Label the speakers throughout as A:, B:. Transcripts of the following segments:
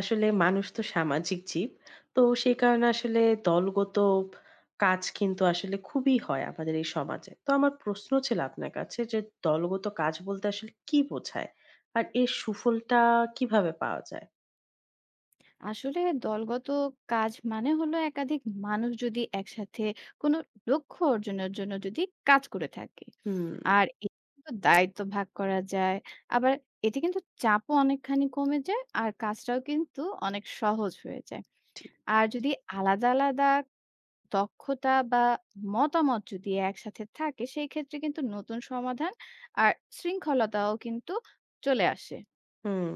A: আসলে মানুষ তো সামাজিক জীব। তো সেই কারণে আসলে দলগত কাজ কিন্তু আসলে খুবই হয় আমাদের এই সমাজে। তো আমার প্রশ্ন ছিল আপনার কাছে যে দলগত কাজ বলতে আসলে কি বোঝায়? আর এর সুফলটা কিভাবে পাওয়া যায়?
B: আসলে দলগত কাজ মানে হলো একাধিক মানুষ যদি একসাথে কোনো লক্ষ্য অর্জনের জন্য যদি কাজ করে থাকে।
A: হুম,
B: আর এতে কিন্তু দায়িত্ব ভাগ করা যায়, আবার এতে কিন্তু চাপও অনেকখানি কমে যায়, আর কাজটাও কিন্তু অনেক সহজ হয়ে যায়।
A: ঠিক।
B: আর যদি আলাদা আলাদা দক্ষতা বা মতামত যদি একসাথে থাকে, সেই ক্ষেত্রে কিন্তু নতুন সমাধান আর শৃঙ্খলতাও কিন্তু চলে আসে।
A: হুম।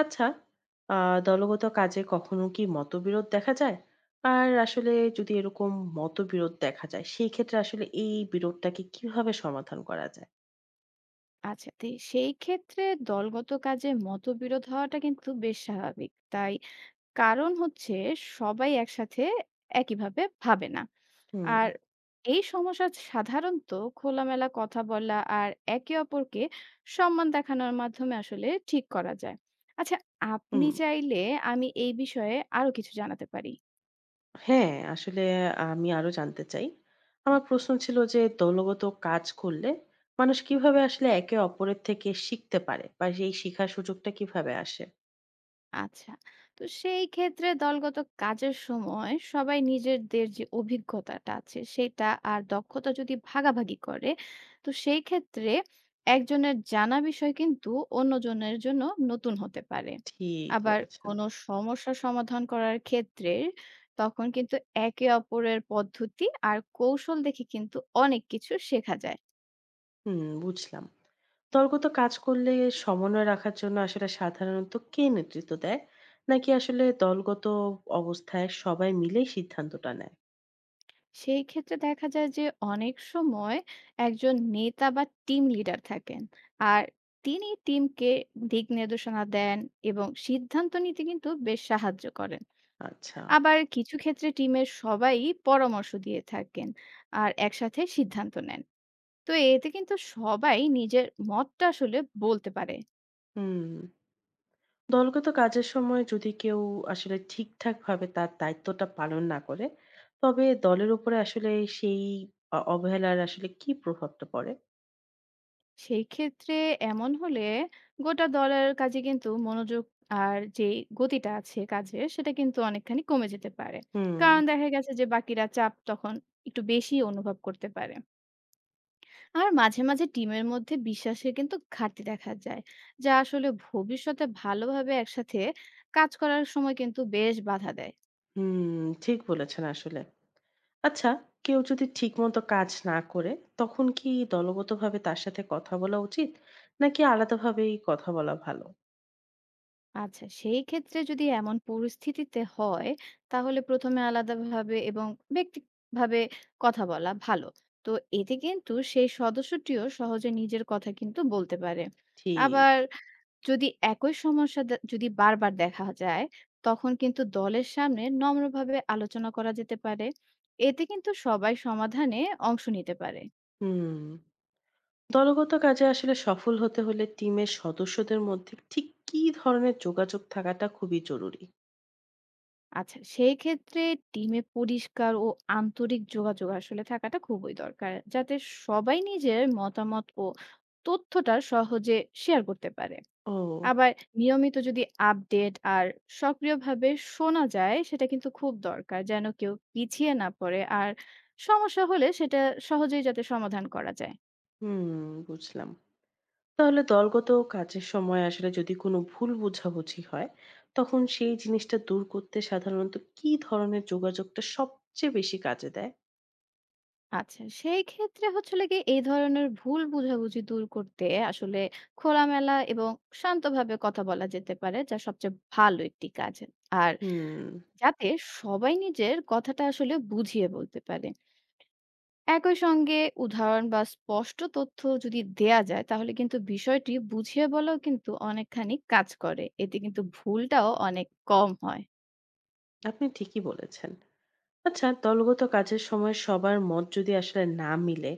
A: আচ্ছা, আ দলগত কাজে কখনো কি মতবিরোধ দেখা যায়? আর আসলে যদি এরকম মতবিরোধ দেখা যায়, সেই ক্ষেত্রে আসলে এই বিরোধটাকে কিভাবে সমাধান করা যায়?
B: আচ্ছা, তো সেই ক্ষেত্রে দলগত কাজে মতবিরোধ হওয়াটা কিন্তু বেশ স্বাভাবিক, তাই কারণ হচ্ছে সবাই একসাথে একইভাবে ভাবে না।
A: হুম,
B: আর এই সমস্যা সাধারণত খোলামেলা কথা বলা আর একে অপরকে সম্মান দেখানোর মাধ্যমে আসলে ঠিক করা যায়। আচ্ছা, আপনি
A: হুম।
B: চাইলে আমি এই বিষয়ে আরো কিছু জানাতে পারি।
A: হ্যাঁ, আসলে আমি আরো জানতে চাই। আমার প্রশ্ন ছিল যে দলগত কাজ করলে মানুষ কিভাবে আসলে একে অপরের থেকে শিখতে পারে বা এই শিখার সুযোগটা কিভাবে আসে?
B: আচ্ছা। তো সেই ক্ষেত্রে দলগত কাজের সময় সবাই নিজেদের যে অভিজ্ঞতাটা আছে সেটা আর দক্ষতা যদি ভাগাভাগি করে, তো সেই ক্ষেত্রে একজনের জানা বিষয় কিন্তু অন্যজনের জন্য নতুন হতে পারে।
A: ঠিক
B: আবার
A: বলেছেন।
B: কোনো সমস্যা সমাধান করার ক্ষেত্রে তখন কিন্তু একে অপরের পদ্ধতি আর কৌশল দেখে কিন্তু অনেক কিছু শেখা যায়।
A: হুম, বুঝলাম। দলগত কাজ করলে সমন্বয় রাখার জন্য আসলে সাধারণত কে নেতৃত্ব দেয়? নাকি আসলে দলগত অবস্থায় সবাই মিলেই সিদ্ধান্তটা নেয়?
B: সেই ক্ষেত্রে দেখা যায় যে অনেক সময় একজন নেতা বা টিম লিডার থাকেন, আর তিনি টিমকে দিক নির্দেশনা দেন এবং সিদ্ধান্ত নিতে কিন্তু বেশ সাহায্য করেন।
A: আচ্ছা।
B: আবার কিছু ক্ষেত্রে টিমের সবাই পরামর্শ দিয়ে থাকেন আর একসাথে সিদ্ধান্ত নেন, তো এতে কিন্তু সবাই নিজের মতটা আসলে বলতে পারে।
A: হুম। দলগত কাজের সময় যদি কেউ আসলে ঠিকঠাকভাবে তার দায়িত্বটা পালন না করে, তবে দলের উপরে আসলে সেই অবহেলার আসলে কি প্রভাবটা পড়ে?
B: সেই ক্ষেত্রে এমন হলে গোটা দলের কাজে কিন্তু মনোযোগ আর যে গতিটা আছে কাজে সেটা কিন্তু অনেকখানি কমে যেতে পারে।
A: হুম,
B: কারণ দেখা গেছে যে বাকিরা চাপ তখন একটু বেশি অনুভব করতে পারে, আর মাঝে মাঝে টিমের মধ্যে বিশ্বাসের কিন্তু ঘাটতি দেখা যায়, যা আসলে ভবিষ্যতে ভালোভাবে একসাথে কাজ করার সময় কিন্তু বেশ বাধা দেয়।
A: হুম, ঠিক বলেছেন আসলে। আচ্ছা, কেউ যদি ঠিকমতো কাজ না করে, তখন কি দলগতভাবে তার সাথে কথা বলা উচিত? নাকি আলাদাভাবেই কথা বলা ভালো?
B: আচ্ছা, সেই ক্ষেত্রে যদি এমন পরিস্থিতিতে হয়, তাহলে ১ম এ আলাদাভাবে এবং ব্যক্তিগতভাবে কথা বলা ভালো। তো এতে কিন্তু সেই সদস্যটিও সহজে নিজের কথা কিন্তু বলতে পারে।
A: ঠিক,
B: আবার যদি একই সমস্যা যদি বারবার দেখা যায়, তখন কিন্তু দলের সামনে নম্রভাবে আলোচনা করা যেতে পারে। এতে কিন্তু সবাই সমাধানে অংশ নিতে পারে।
A: হুম। দলগত কাজে আসলে সফল হতে হলে টিমের সদস্যদের মধ্যে ঠিক কী ধরনের যোগাযোগ থাকাটা খুবই জরুরি?
B: আচ্ছা, সেই ক্ষেত্রে টিমে পরিষ্কার ও আন্তরিক যোগাযোগ আসলে থাকাটা খুবই দরকার। যাতে সবাই নিজের মতামত ও তথ্যটা সহজে শেয়ার করতে পারে।
A: ও।
B: আবার নিয়মিত যদি আপডেট আর সক্রিয়ভাবে শোনা যায় সেটা কিন্তু খুব দরকার। যেন কেউ পিছিয়ে না পড়ে আর সমস্যা হলে সেটা সহজেই যাতে সমাধান করা যায়।
A: হুম, বুঝলাম। তাহলে দলগত কাজের সময় আসলে যদি কোনো ভুল বোঝাবুঝি হয়, তখন সেই জিনিসটা দূর করতে সাধারণত কি ধরনের যোগাযোগটা সবচেয়ে বেশি কাজে দেয়?
B: আচ্ছা, সেই ক্ষেত্রে হলো গিয়ে এই ধরনের ভুল বোঝাবুঝি দূর করতে আসলে খোলামেলা এবং শান্তভাবে কথা বলা যেতে পারে, যা সবচেয়ে ভালো একটি কাজ। আর
A: হুম,
B: যাতে সবাই নিজের কথাটা আসলে বুঝিয়ে বলতে পারে। একই সঙ্গে উদাহরণ বা স্পষ্ট তথ্য যদি দেয়া যায় তাহলে কিন্তু বিষয়টি বুঝিয়ে বলাও কিন্তু অনেকখানি কাজ করে। এতে কিন্তু ভুলটাও অনেক কম হয়।
A: আপনি ঠিকই বলেছেন। আচ্ছা, দলগত কাজের সময় সবার মত যদি আসলে না মিলে,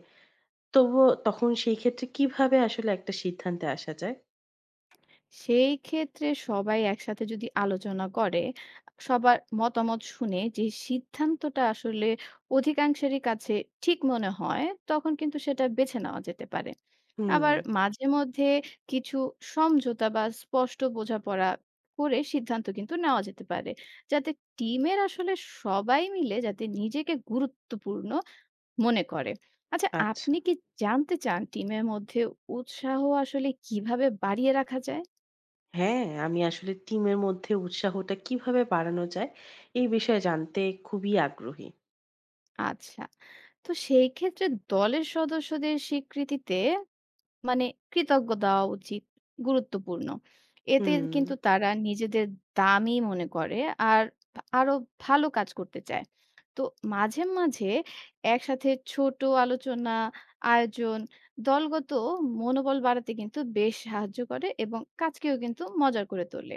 A: তবুও তখন সেই ক্ষেত্রে কিভাবে আসলে একটা সিদ্ধান্তে আসা যায়?
B: সেই ক্ষেত্রে সবাই একসাথে যদি আলোচনা করে, সবার মতামত শুনে যে সিদ্ধান্তটা আসলে অধিকাংশেরই কাছে ঠিক মনে হয়, তখন কিন্তু সেটা বেছে নেওয়া যেতে পারে।
A: হুম,
B: আবার মাঝে মধ্যে কিছু সমঝোতা বা স্পষ্ট বোঝাপড়া করে সিদ্ধান্ত কিন্তু নেওয়া যেতে পারে। যাতে টিমের আসলে সবাই মিলে যাতে নিজেকে গুরুত্বপূর্ণ মনে করে। আচ্ছা,
A: আচ্ছা।
B: আপনি কি জানতে চান টিমের মধ্যে উৎসাহ আসলে কিভাবে বাড়িয়ে রাখা যায়?
A: হ্যাঁ, আমি আসলে টিমের মধ্যে উৎসাহটা কিভাবে বাড়ানো যায়, এই বিষয়ে জানতে খুবই আগ্রহী।
B: আচ্ছা। তো সেই ক্ষেত্রে দলের সদস্যদের স্বীকৃতিতে মানে কৃতজ্ঞ দেওয়া উচিত, গুরুত্বপূর্ণ। এতে
A: হুম।
B: কিন্তু তারা নিজেদের দামি মনে করে আর আরো ভালো কাজ করতে চায়। তো মাঝে মাঝে একসাথে ছোট আলোচনা, আয়োজন, দলগত মনোবল বাড়াতে কিন্তু বেশ সাহায্য করে এবং কাজকেও কিন্তু মজার করে তোলে।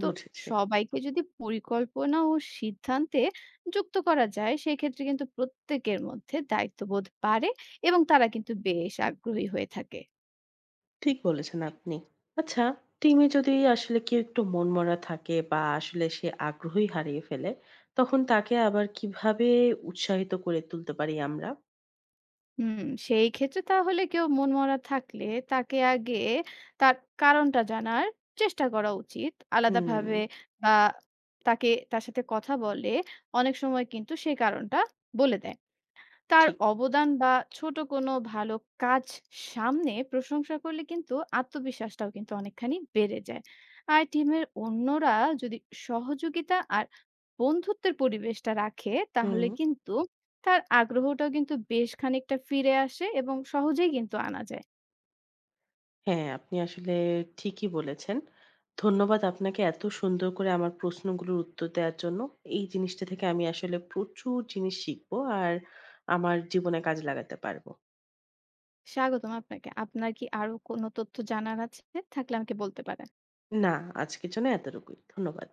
B: তো
A: বুঝেছি।
B: সবাইকে যদি পরিকল্পনা ও সিদ্ধান্তে যুক্ত করা যায় সেক্ষেত্রে কিন্তু প্রত্যেকের মধ্যে দায়িত্ববোধ বাড়ে, এবং তারা কিন্তু বেশ আগ্রহী হয়ে থাকে।
A: ঠিক বলেছেন আপনি। আচ্ছা, টিমে যদি আসলে কেউ একটু মনমরা থাকে বা আসলে সে আগ্রহই হারিয়ে ফেলে, তখন তাকে আবার কিভাবে উৎসাহিত করে তুলতে পারি আমরা?
B: হুম, সেই ক্ষেত্রে তাহলে কেউ মনমরা থাকলে তাকে আগে তার কারণটা জানার চেষ্টা করা উচিত
A: হুম,
B: আলাদাভাবে, বা তাকে তার সাথে কথা বলে অনেক সময় কিন্তু সেই কারণটা বলে দেয়। তার
A: ঠিক।
B: অবদান বা ছোট কোনো ভালো কাজ সামনে প্রশংসা করলে কিন্তু আত্মবিশ্বাসটাও কিন্তু অনেকখানি বেড়ে যায়। আর টিমের অন্যরা যদি সহযোগিতা আর বন্ধুত্বের পরিবেশটা রাখে তাহলে
A: হুম।
B: কিন্তু তার আগ্রহটাও কিন্তু বেশ খানিকটা ফিরে আসে এবং সহজেই কিন্তু আনা যায়।
A: হ্যাঁ, আপনি আসলে ঠিকই বলেছেন। ধন্যবাদ আপনাকে এত সুন্দর করে আমার প্রশ্নগুলোর উত্তর দেওয়ার জন্য। এই জিনিসটা থেকে আমি আসলে প্রচুর জিনিস শিখবো আর আমার জীবনে কাজে লাগাতে পারবো।
B: স্বাগতম আপনাকে। আপনার কি আরো কোনো তথ্য জানার আছে? থাকলে আমাকে বলতে পারেন।
A: না, আজকের জন্য এতটুকুই। ধন্যবাদ।